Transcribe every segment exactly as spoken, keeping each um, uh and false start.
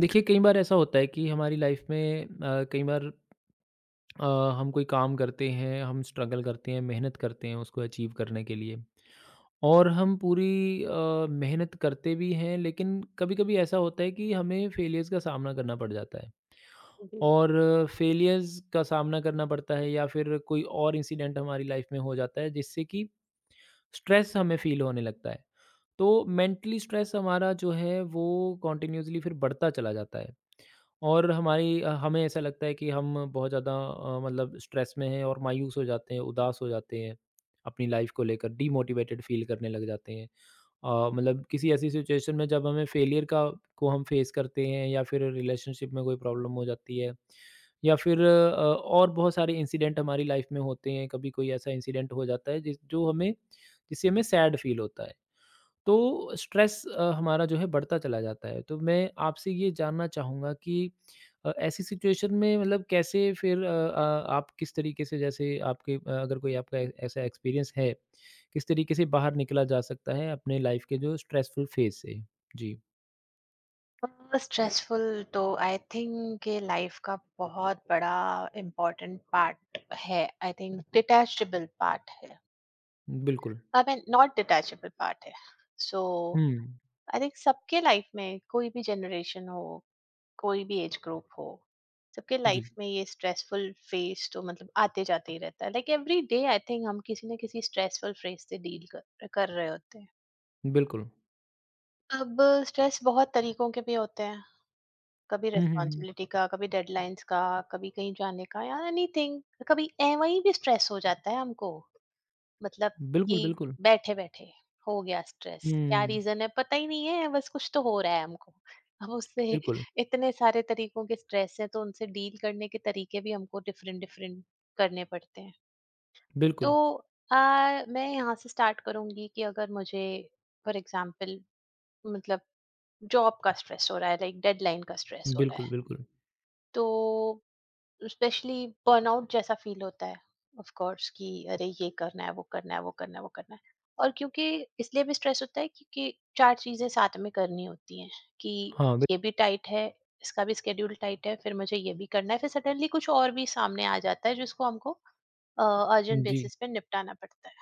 देखिए, कई बार ऐसा होता है कि हमारी लाइफ में अ, कई बार अ, हम कोई काम करते हैं, हम स्ट्रगल करते हैं, मेहनत करते हैं उसको अचीव करने के लिए और हम पूरी अ, मेहनत करते भी हैं, लेकिन कभी-कभी ऐसा होता है कि हमें फेलियर्स का सामना करना पड़ जाता है और फेलियर्स का सामना करना पड़ता है या फिर कोई और इंसिडेंट हमारी लाइफ में हो जाता है, जिससे कि स्ट्रेस हमें फ़ील होने लगता है। तो मेंटली स्ट्रेस हमारा जो है, वो कंटिन्यूअसली फिर बढ़ता चला जाता है। और हमारी अ, हमें ऐसा लगता है कि हम बहुत ज़्यादा अ, मतलब स्ट्रेस में हैं और मायूस हो जाते हैं, उदास हो जाते हैं अपनी लाइफ को लेकर, डीमोटिवेटेड फ़ील करने लग जाते हैं। अ, मतलब किसी ऐसी सिचुएशन में जब हमें फेलियर का को हम फेस करते हैं या फिर रिलेशनशिप में कोई प्रॉब्लम हो जाती है या फिर अ, और बहुत सारे इंसिडेंट हमारी लाइफ में होते हैं। कभी कोई ऐसा इंसिडेंट हो जाता है जिस जो हमें जिससे हमें सैड फ़ील होता है। तो स्ट्रेस अ, हमारा जो है बढ़ता चला जाता है। तो मैं आपसे ये जानना चाहूँगा कि अ, ऐसी सिचुएशन में मतलब कैसे फिर अ अ, आप किस तरीके से जैसे आपके अ, अगर कोई आपका ए ऐसा एक्सपीरियंस है, किस तरीके से बाहर निकला जा सकता है अपने लाइफ़ के जो स्ट्रेसफुल फ़ेज़ से? जी, स्ट्रेसफुल तो आई थिंक ये लाइफ का बहुत बड़ा इम्पोर्टेंट पार्ट है। आई थिंक डिटैचेबल पार्ट है, बिल्कुल। I mean not detachable part है। सो हुँ, आई थिंक सबके लाइफ में कोई भी जनरेशन हो, कोई भी एज ग्रुप हो, सबके जी, लाइफ में ये स्ट्रेसफुल फेज तो मतलब आते जाते ही रहता है। Like every day I think हम किसी ना किसी स्ट्रेसफुल फेज से डील कर, कर रहे होते हैं। बिल्कुल। अब स्ट्रेस बहुत तरीकों के भी होते हैं। कभी हुँ, हुँ, हुँ। रिस्पॉन्सिबिलिटी का, कभी डेडलाइंस का, कभी कहीं जाने का या एनीथिंग, कभी ए वहीं भी स्ट्रेस हो जाता है हमको, मतलब कि बिल्कुल, बिल्कुल। बैठे बैठे हो गया स्ट्रेस, क्या हुँ, रीजन है पता ही नहीं है, बस कुछ तो हो रहा है हमको। अब उससे बिल्कुल, इतने सारे तरीकों के स्ट्रेस हैं, तो उनसे डील करने के तरीके भी हमको डिफरेंट डिफरेंट करने पड़ते हैं। तो बिल्कुल, आ, मैं यहाँ से स्टार्ट करूंगी कि अगर मुझे फॉर एग्जाम्पल मतलब जॉब का स्ट्रेस हो रहा है, लाइक डेडलाइन का स्ट्रेस हो रहा बिल्कुल, है, बिल्कुल। तो स्पेशली बर्नआउट जैसा फील होता है ऑफ कोर्स कि अरे ये करना है, वो करना है, वो करना है, वो करना है। और क्योंकि इसलिए भी स्ट्रेस होता है क्योंकि चार चीजें साथ में करनी होती हैं कि हाँ, बिल ये भी टाइट है, इसका भी स्केड्यूल टाइट है, फिर मुझे ये भी करना है, फिर सडनली कुछ और भी सामने आ जाता है जिसको हमको अर्जेंट जी, बेसिस पे निपटाना पड़ता है।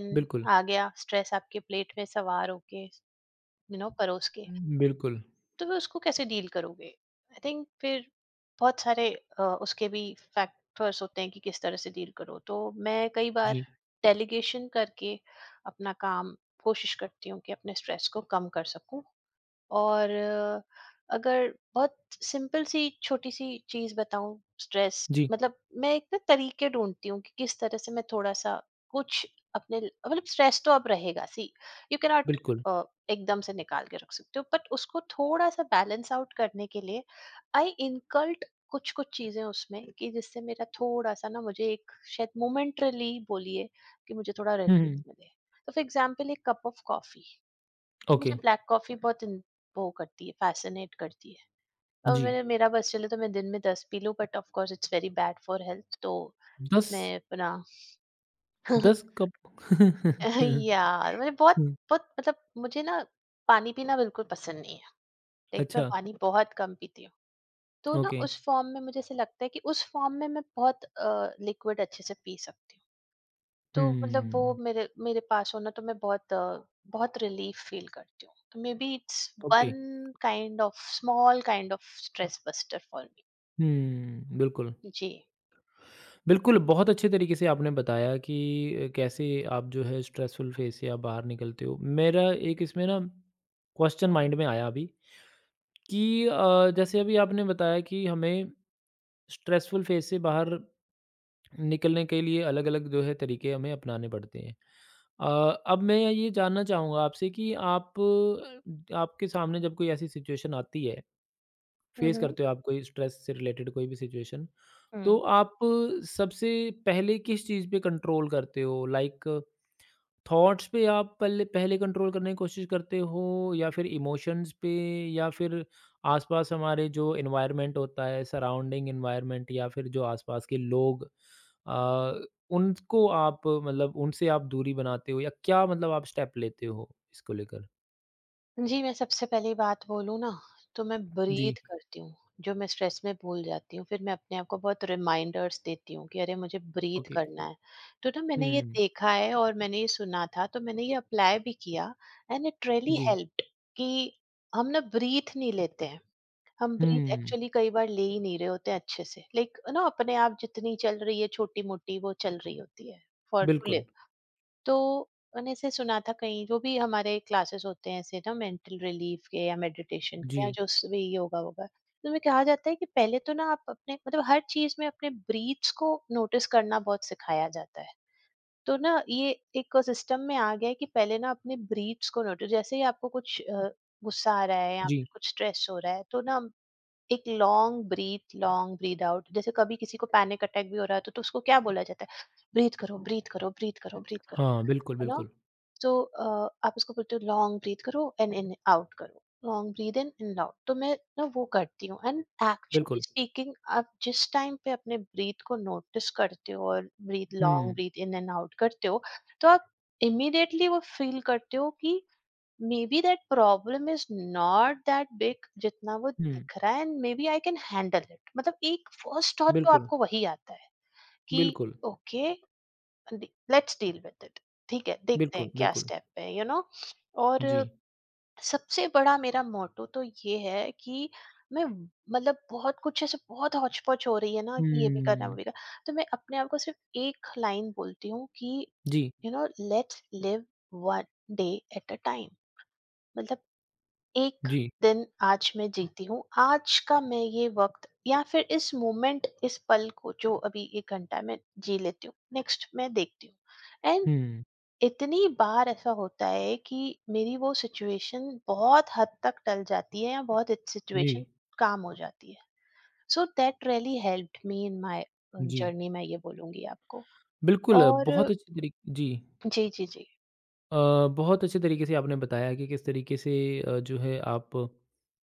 देन बिल्कुल। आ गया स्ट्रेस आपके प्लेट में सवार होके यू नो परोस के। बिल्कुल, तो वे उसको कैसे डील करोगे? आई थिंक फिर बहुत सारे अ, उसके भी फैक्टर्स होते हैं कि किस तरह से डील करो। तो मैं कई बार जी, डेलीगेशन करके अपना काम कोशिश करती हूँ कि अपने स्ट्रेस को कम कर सकूं। और अ, अगर बहुत सिंपल सी छोटी सी चीज बताऊं स्ट्रेस जी, मतलब, मैं एक ना तरीके ढूंढती हूँ कि किस तरह से मैं थोड़ा सा कुछ अपने ल- मतलब स्ट्रेस तो अब रहेगा। सी, यू कैन नॉट बिल्कुल। एकदम से निकाल के रख सकते हो, बट उसको थोड़ा सा बैलेंस आउट करने के लिए आई इनकल्ट कुछ कुछ चीजें उसमें, कि जिससे मेरा थोड़ा सा ना, मुझे एक शायद मोमेंटरली बोलिए कि मुझे थोड़ा हुँ, रिलीफ हुँ। मिले। तो फॉर एग्जाम्पल एक कप ऑफ कॉफी, तो ओके, मुझे ब्लैक कॉफ़ी बहुत इन वो करती है, फ़ैसिनेट करती है। और जी। मैंने, मेरा बस चले तो मैं दिन में दस पी लूँ, but of course it's very bad for health, तो दस मैं अपना दस कप या मुझे बहुत हुँ, बहुत मतलब, मुझे ना पानी पीना बिल्कुल पसंद नहीं है। लाइक मैं अच्छा, पानी बहुत कम पीती हूँ। तो ना, ओके। उस फ़ॉर्म में मुझे ऐसा लगता है कि उस फ़ॉर्म में मैं बहुत अ, लिक्विड अच्छे से पी सकती हूँ। तो मतलब वो हुँ, मेरे मेरे पास हो ना, तो मैं बहुत अ, बहुत रिलीफ फील करती हूँ। तो maybe it's okay. One kind of small kind of stress buster for me. हुँ, बिल्कुल। जी। बिल्कुल, बहुत अच्छे तरीके से आपने बताया कि अ, कैसे आप जो है स्ट्रेसफुल फ़ेज़ से आप बाहर निकलते हो। मेरा एक इसमें ना क्वेश्चन माइंड में आया अभी कि अ, जैसे अभी आपने बताया कि हमें स्ट्रेसफुल फ़ेज़ से बाहर निकलने के लिए अलग-अलग जो है तरीके हमें अपनाने पड़ते हैं। अ, अब मैं ये जानना चाहूँगा आपसे कि आप अ, आपके सामने जब कोई ऐसी सिचुएशन आती है, फेस हम्म, करते हो आप कोई स्ट्रेस से रिलेटेड कोई भी सिचुएशन, तो हम्म। आप अ, सबसे पहले किस चीज़ पे कंट्रोल करते हो? लाइक थॉट्स पे आप पहले पहले कंट्रोल करने की कोशिश करते हो या फिर इमोशंस पे या फिर आसपास हमारे जो एनवायरनमेंट होता है, सराउंडिंग एनवायरनमेंट या फिर जो आसपास के लोग अ, उनको आप मतलब उनसे आप दूरी बनाते हो या क्या मतलब आप स्टेप लेते हो इसको लेकर? जी, मैं सबसे पहली बात बोलूँ ना, तो मैं जी, ब्रीथ करती हूँ, जो मैं स्ट्रेस में भूल जाती हूँ। फिर मैं अपने आप को बहुत रिमाइंडर्स देती हूँ कि अरे मुझे ब्रीथ ओके। करना है। तो ना, मैंने ये हुँ, देखा है और मैंने ये सुना था, तो मैंने ये अप्लाई भी किया, एंड इट रियली जी। हेल्प्ड कि हम ना ब्रीथ नहीं लेते हैं। हम ब्रीथ हुँ, एक्चुअली कई बार ले ही नहीं रहे होते अच्छे से, लाइक ना अपने आप जितनी चल रही है छोटी मोटी वो चल रही होती है, फॉर टू लिव। बिल्कुल। तो मैंने ऐसे सुना था कहीं, जो भी हमारे क्लासेस होते हैं ऐसे ना मेंटल रिलीफ के या मेडिटेशन जी, के या जो स- भी योगा होगा, तो में कहा जाता है कि पहले तो ना आप अपने मतलब हर चीज में अपने ब्रीथ्स को नोटिस करना बहुत सिखाया जाता है। तो ना ये एक सिस्टम में आ गया है कि पहले ना अपने ब्रीथ्स को नोटिस, जैसे ही आपको कुछ अ, गुस्सा आ रहा है या जी। फिर कुछ स्ट्रेस हो रहा है, तो ना एक long breath, long breath out. जैसे कभी किसी को पैनिक अटैक भी हो रहा है, तो, तो उसको क्या बोला जाता है? ब्रीथ करो, ब्रीथ करो, ब्रीथ करो, ब्रीथ करो, हाँ, बिल्कुल, है ना। बिल्कुल, तो अ, आप उसको बोलते हो लॉन्ग ब्रीथ करो एंड इन आउट करो, long breathe in and out. तो मैं ना वो करती हूँ, एंड एक्चुअली बिल्कुल। स्पीकिंग, आप जिस टाइम पे अपने ब्रीथ को नोटिस करते हो और breath long hmm, breath in and out करते हो, तो आप इमीडिएटली वो फील करते हो कि maybe that problem is not that big, जितना वो हुँ, दिख रहा है, and maybe I can handle it. मतलब एक फर्स्ट थॉट तो बिल्कुल, आपको वही आता है कि बिल्कुल, okay, let's deal with it, ठीक है देखते हैं बिल्कुल, क्या बिल्कुल। स्टेप है यू नो और जी। सबसे बड़ा मेरा मोटो तो ये है कि मैं मतलब, बहुत कुछ ऐसे बहुत हौच पौच हो रही है ना कि ये भी करना हुँ, वो भी करना, तो मैं अपने आप को सिर्फ एक लाइन बोलती हूँ कि जी, you know, let's live one day at a time. मतलब एक जी। दिन आज मैं जीती हूँ, आज का मैं ये वक्त या फिर इस मोमेंट इस पल को जो अभी एक घंटा मैं जी लेती हूँ, नेक्स्ट मैं देखती हूँ। एंड हुँ, इतनी बार ऐसा होता है कि मेरी वो सिचुएशन बहुत हद तक टल जाती है या बहुत जी, सिचुएशन काम हो जाती है। So that really helped me in my जी। जर्नी, मैं ये बोलूंगी आपको। बिल्कुल, अ, और बहुत अच्छे तरीक़े जी। जी, जी, जी। अ, बहुत अच्छे तरीक़े से आपने बताया कि किस तरीक़े से अ, जो है आप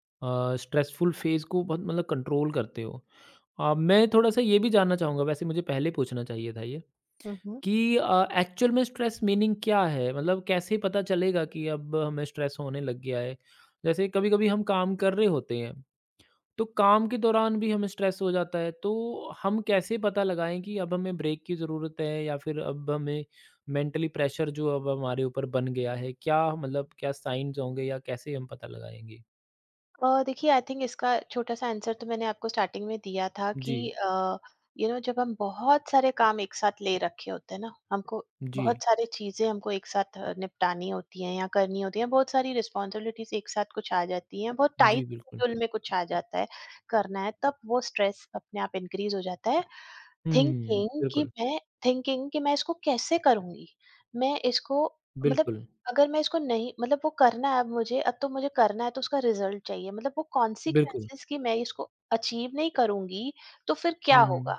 अ, स्ट्रेसफुल फ़ेज़ को बहुत मतलब कंट्रोल करते हो। अ, मैं थोड़ा-सा ये भी जानना चाहूँगा वैसे मुझे पहले पूछना चाहिए था ये हम्म, हम्म। कि अ, एक्चुअल में स्ट्रेस मीनिंग क्या है? मतलब कैसे पता चलेगा कि अब हमें स्ट्रेस होने लग गया है? जैसे कभी-कभी हम काम कर रहे होते हैं, तो काम के दौरान भी हमें स्ट्रेस हो जाता है, तो हम कैसे पता लगाएँ कि अब हमें ब्रेक की ज़रूरत है या फिर अब हमें मेंटली प्रेशर जो अब हमारे ऊपर बन गया है, क्या मतलब क्या साइन्स होंगे या कैसे हम पता लगाएँगे? अ, देखिए आई थिंक इसका छोटा-सा आंसर तो मैंने आपको स्टार्टिंग में दिया था कि जी, अ, यू नो, जब हम बहुत सारे काम एक साथ ले रखे होते हैं ना, हमको जी। बहुत सारी चीज़ें हमको एक साथ अ, निपटानी होती हैं या करनी होती हैं, बहुत सारी रिस्पॉन्सिबिलिटीज़ एक साथ कुछ आ जाती हैं, बहुत जी, टाइट बिल्कुल। शेड्यूल में कुछ आ जाता है, करना है, तब वो स्ट्रेस अपने आप इनक्रीज़ हो जाता है, हुँ, थिंकिंग कि बिल्कुल, मैं थिंकिंग कि मैं इसको कैसे करूँगी? मैं इसको मतलब, बिल्कुल, अगर मैं इसको नहीं, मतलब वो करना है अब मुझे, अब तो मुझे करना है, तो उसका रिज़ल्ट चाहिए। मतलब वो बिल्कुल। कॉन्सिक्वेंसेज़ कि मैं इसको अचीव नहीं करूँगी, तो फिर क्या हुँ, होगा?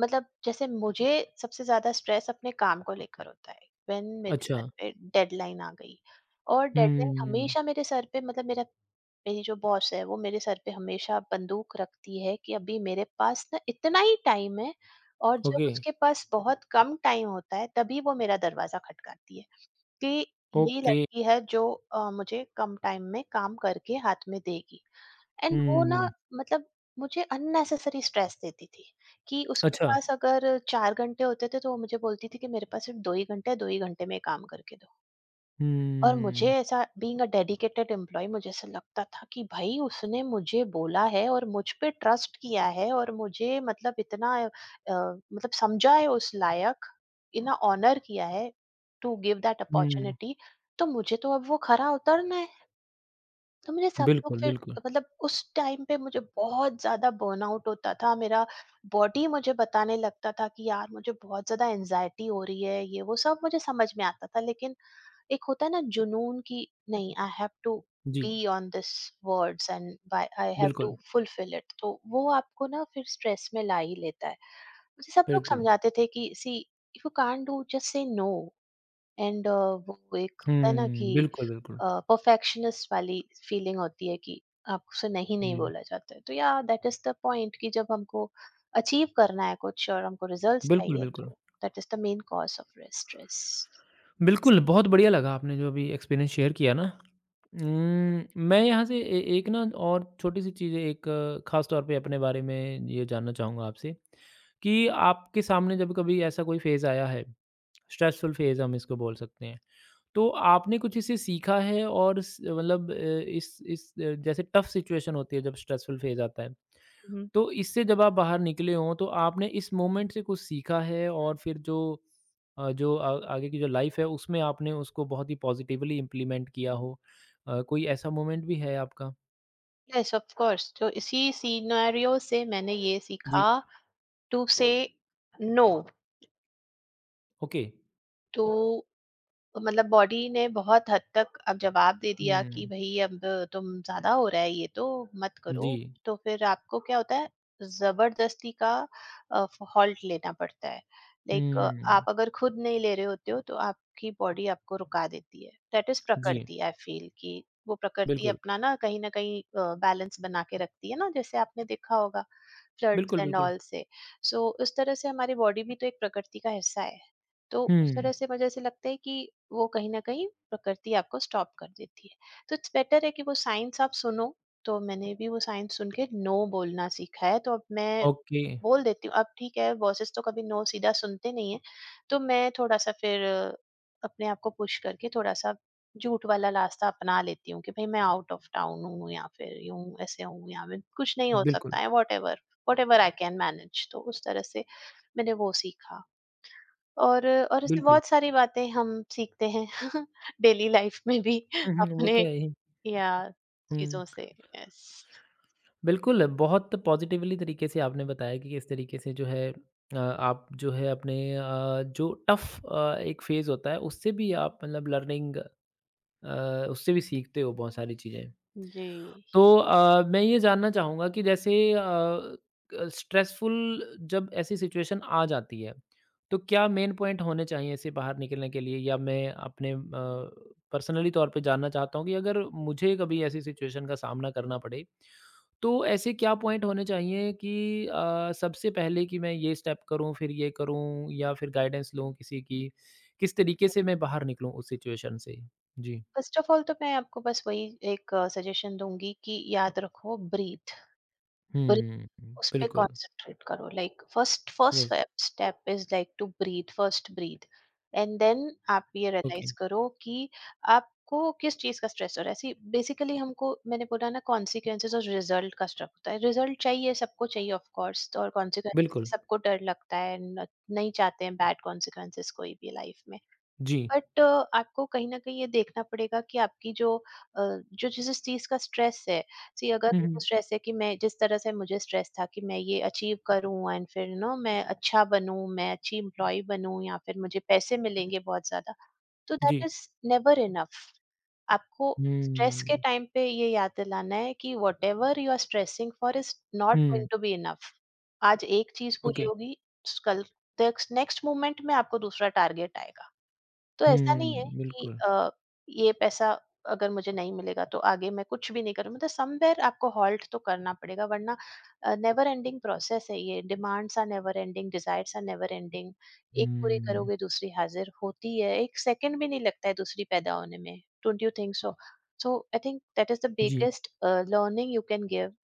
मतलब जैसे मुझे सबसे ज़्यादा स्ट्रेस अपने काम को लेकर होता है व्हेन मेरे अच्छा। सर पे डेडलाइन आ गई। और डेडलाइन हुँ, हमेशा मेरे सर पे, मतलब मेरा मेरी जो बॉस है वो मेरे सर पे हमेशा बंदूक रखती है कि अभी मेरे पास ना इतना ही टाइम है, और जब ओके, उसके पास बहुत कम टाइम होता है तभी वो मेरा दरवाजा खटकाती है कि ये ओके। लड़की है जो अ, मुझे कम टाइम में काम करके हाथ में देगी, एंड वो ना हुँ, मतलब मुझे अननेसेसरी स्ट्रेस देती थी कि उसके अच्छा। पास अगर चार घंटे होते थे तो वो मुझे बोलती थी कि मेरे पास सिर्फ दो ही घंटे हैं, दो ही घंटे में ये काम करके दो। और मुझे हुँ, ऐसा, बीइंग अ डेडिकेटेड एम्प्लॉय, मुझे ऐसा लगता था कि भाई उसने मुझे बोला है और मुझ पे ट्रस्ट किया है, और मुझे मतलब इतना अ, मतलब समझा है उस लायक, इतना ऑनर किया है to give that hmm, opportunity, तो मुझे तो अब वो खरा उतरना है। तो मेरे सब लोग बिल्कुल, फिर, बिल्कुल। मतलब उस टाइम पे मुझे बहुत ज्यादा बर्नआउट होता था। मेरा बॉडी मुझे बताने लगता था कि यार मुझे बहुत ज्यादा एनजाइटी हो रही है, ये वो सब मुझे समझ में आता था, लेकिन एक होता है ना जुनून की नहीं, आई हैव टू जी, be on this words and I have बिल्कुल, टू फुलफिल इट, तो वो आपको ना फिर स्ट्रेस में ला ही लेता है। मुझे सब लोग बिल्कुल। समझाते थे कि see, if you can't do, just say no. And वो एक होता है ना कि हुँ, बिल्कुल, बिल्कुल। परफेक्शनिस्ट वाली फीलिंग होती है कि आपसे नहीं नहीं जी, बोला जाता है, तो या दैट इज द पॉइंट कि जब हमको अचीव करना है कुछ और हमको रिजल्ट्स बिल्कुल, चाहिए, बिल्कुल। तो that is the main cause of stress. बिल्कुल, बहुत बढ़िया लगा आपने जो अभी एक्सपीरियंस शेयर किया ना उम, मैं यहाँ से ए एक ना और छोटी-सी चीज़ है, एक ख़ास तौर पे अपने बारे में ये जानना चाहूँगा आपसे, कि आपके सामने जब कभी ऐसा कोई फ़ेज़ आया है, स्ट्रेसफुल फ़ेज़ हम इसको बोल सकते हैं, तो आपने कुछ इससे सीखा है और स मतलब अ, इस इस अ, जैसे टफ़ सिचुएशन होती है जब स्ट्रेसफुल फ़ेज़ आता है, तो इससे जब आप बाहर निकले हों तो आपने इस मोमेंट से कुछ सीखा है और फिर जो अ, जो आ, आगे की जो लाइफ है उसमें आपने उसको बहुत ही पॉजिटिवली इम्प्लीमेंट किया हो अ, कोई ऐसा मोमेंट भी है आपका यस ऑफ कोर्स, तो इसी सिनेरियो से मैंने ये सीखा जी to say no, okay to मतलब बॉडी ने बहुत हद तक अब जवाब दे दिया कि हम्म भई अब तुम ज़्यादा हो रहा है ये तो, मत जी करो। तो फिर आपको क्या होता है, ज़बरदस्ती का अ, फ हॉल्ट लेना पड़ता है। लाइक आप हम्म अगर खुद नहीं ले रहे होते हो, तो आपकी बॉडी आपको रुका देती है। दैट इज़ जी प्रकृति, आई फील, कि वो प्रकृति बिल्कुल अपना ना कहीं न कहीं अ, बैलेंस बना के रखती है ना, जैसे आपने देखा होगा फ्लड्स बिल्कुल एंड बिल्कुल ऑल से। सो इस तरह से हमारी बॉडी भी तो एक प्रकृति का हिस्सा है। तो उस हम्म तरह से मुझे ऐसे लगता है कि वो कहीं न कहीं प्रकृति आपको स्टॉप कर देती है। तो इट्स बेटर है कि वो साइन्स आप सुनो, तो मैंने भी वो साइन्स सुन के नो बोलना सीखा है, तो अब मैं ओके बोल देती हूँ। अब ठीक है बॉसेस तो कभी नो सीधा सुनते नहीं हैं, तो मैं थोड़ा-सा फिर अपने आप को पुश करके थोड़ा-सा झूठ वाला रास्ता अपना लेती हूँ कि भई मैं आउट ऑफ टाउन हूँ या फिर यूँ ऐसे हूँ या फिर कुछ नहीं हो बिल्कुल सकता है whatever, whatever I can manage. तो उस तरह से मैंने वो सीखा। और और उससे बिल्कुल बहुत सारी बातें हम सीखते हैं डेली लाइफ में भी, हम्म हम्म, वो अपने तो है ही या हम्म चीजों से, यस। बिल्कुल, बहुत पॉज़िटिवली तरीके से आपने बताया कि किस तरीके से जो है अ, आप जो है अपने अ, जो टफ़ अ, एक फ़ेज़ होता है उससे भी आप मतलब लर्निंग अ, उससे भी सीखते हो बहुत सारी चीज़ें। जी, तो अ, मैं ये जानना चाहूँगा कि जैसे अ, क स्ट्रेसफुल जब ऐसी सिचुएशन आ जाती है, तो क्या मेन पॉइंट होने चाहिए इससे बाहर निकलने के लिए? या मैं अपने अ, पर्सनली तौर पे जानना चाहता हूँ कि अगर मुझे कभी ऐसी सिचुएशन का सामना करना पड़े, तो ऐसे क्या पॉइंट होने चाहिए कि अ, सबसे पहले कि मैं ये स्टेप करूँ, फिर ये करूँ या फिर गाइडेंस लूँ किसी की? किस तरीके से मैं बाहर निकलूँ उस सिचुएशन से? जी। फर्स्ट ऑफ ऑल तो मैं आपको बस वही एक सजेशन दूंगी कि याद रखो ब्रीथ, हुँ, उस पे बिल्कुल। कॉन्संट्रेट करो, like first first yes, step is like to breath, first breath, and then आप ये ओके। रियलाइज करो कि आपको किस चीज का स्ट्रेस हो रहा है। सी, बेसिकली हमको, मैंने बोला ना, कॉन्सिक्वेंसेस और रिजल्ट का स्ट्रेस होता है, रिजल्ट चाहिए सबको, चाहिए ऑफ कोर्स, और बिल्कुल, कॉन्सिक्वेंसेस सबको डर लगता है न- नहीं चाहते हैं बैड कॉन्सिक्वेंसेस कोई भी लाइफ में। जी। बट आपको कहीं न कहीं ये देखना पड़ेगा कि आपकी जो अ, जो जिस चीज़ का स्ट्रेस है, सी अगर हुँ, उनको हुँ, स्ट्रेस है कि मैं, जिस तरह से मुझे स्ट्रेस था कि मैं ये अचीव करूँ, एंड फिर यू नो मैं अच्छा बनूँ, मैं अच्छी एम्प्लॉयी बनूँ या फिर मुझे पैसे मिलेंगे बहुत ज़्यादा, तो जी। That is never enough. आपको स्ट्रेस के हुँ, टाइम पे ये याद दिलाना है कि whatever you are stressing for is not hmm, going to be enough. आज एक चीज़ पूरी ओके। होगी, स कल नेक्स्ट नेक्स्ट मोमेंट में आपको दूसरा टारगेट आएगा। तो ऐसा नहीं हुँ, है कि बिल्कुल। अ, ये पैसा अगर मुझे नहीं मिलेगा तो आगे मैं कुछ भी नहीं करूँ, मतलब समवेयर आपको हॉल्ट तो करना पड़ेगा, वरना नेवर एंडिंग प्रोसेस है ये, demands are never ending, desires are never ending. एक पूरी हुँ, करोगे दूसरी हाजिर होती है, एक सेकंड भी नहीं लगता है दूसरी पैदा होने में। Don't you think so? So I think that is the जी। Biggest learning you can give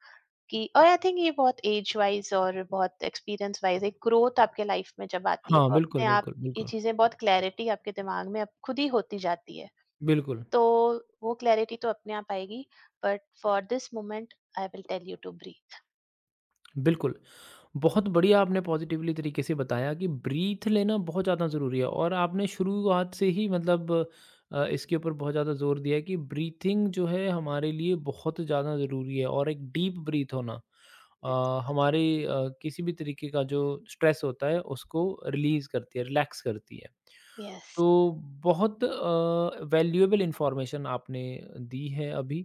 कि, और आई थिंक ये बहुत एज वाइज और बहुत एक्सपीरियंस वाइज एक ग्रोथ आपके लाइफ में जब आती है हाँ, तो बिल्कुल, अपने आप बिल्कुल, ये बिल्कुल, चीजें, बहुत क्लैरिटी आपके दिमाग में अब खुद ही होती जाती है। बिल्कुल। तो वो क्लैरिटी तो अपने आप आएगी, but for this moment I will tell you to breathe. बिल्कुल। बहुत बढ़िया आपने पॉज़िटिवली तरीके से बताया कि ब्रीथ लेना बहुत ज़्यादा ज़रूरी है और आपने शुरुआत से ही मतलब अ, इसके ऊपर बहुत ज़्यादा ज़ोर दिया है कि ब्रीथिंग जो है हमारे लिए बहुत ज़्यादा ज़रूरी है और एक डीप ब्रीथ होना Yes, अ, हमारे absolutely. अ, किसी भी तरीके का जो स्ट्रेस होता है उसको रिलीज़ करती है, रिलैक्स करती है। Yes. तो बहुत अ, वैल्यूएबल इन्फॉर्मेशन आपने दी है अभी।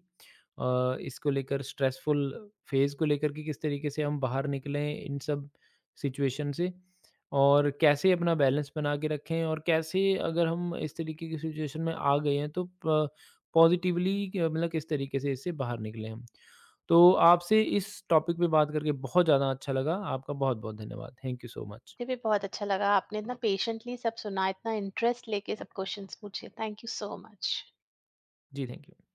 अ, इसको लेकर स्ट्रेसफुल फ़ेज़ को लेकर के किस तरीके से हम बाहर निकलें इन सब सिचुएशन से और कैसे अपना बैलेंस बना के रखें और कैसे अगर हम इस तरीके की सिचुएशन में आ गए हैं तो प पॉज़िटिवली क मतलब किस तरीके से इससे बाहर निकलें हम। तो आपसे इस टॉपिक पे बात करके बहुत ज़्यादा अच्छा लगा। आपका बहुत-बहुत धन्यवाद। Thank you so much. मुझे भी बहुत अच्छा लगा, आपने इतना पेशेंटली सब सुना, इतना इंटरेस्ट लेके सब क्वेश्चंस पूछे। Thank you so much. जी, थैंक यू।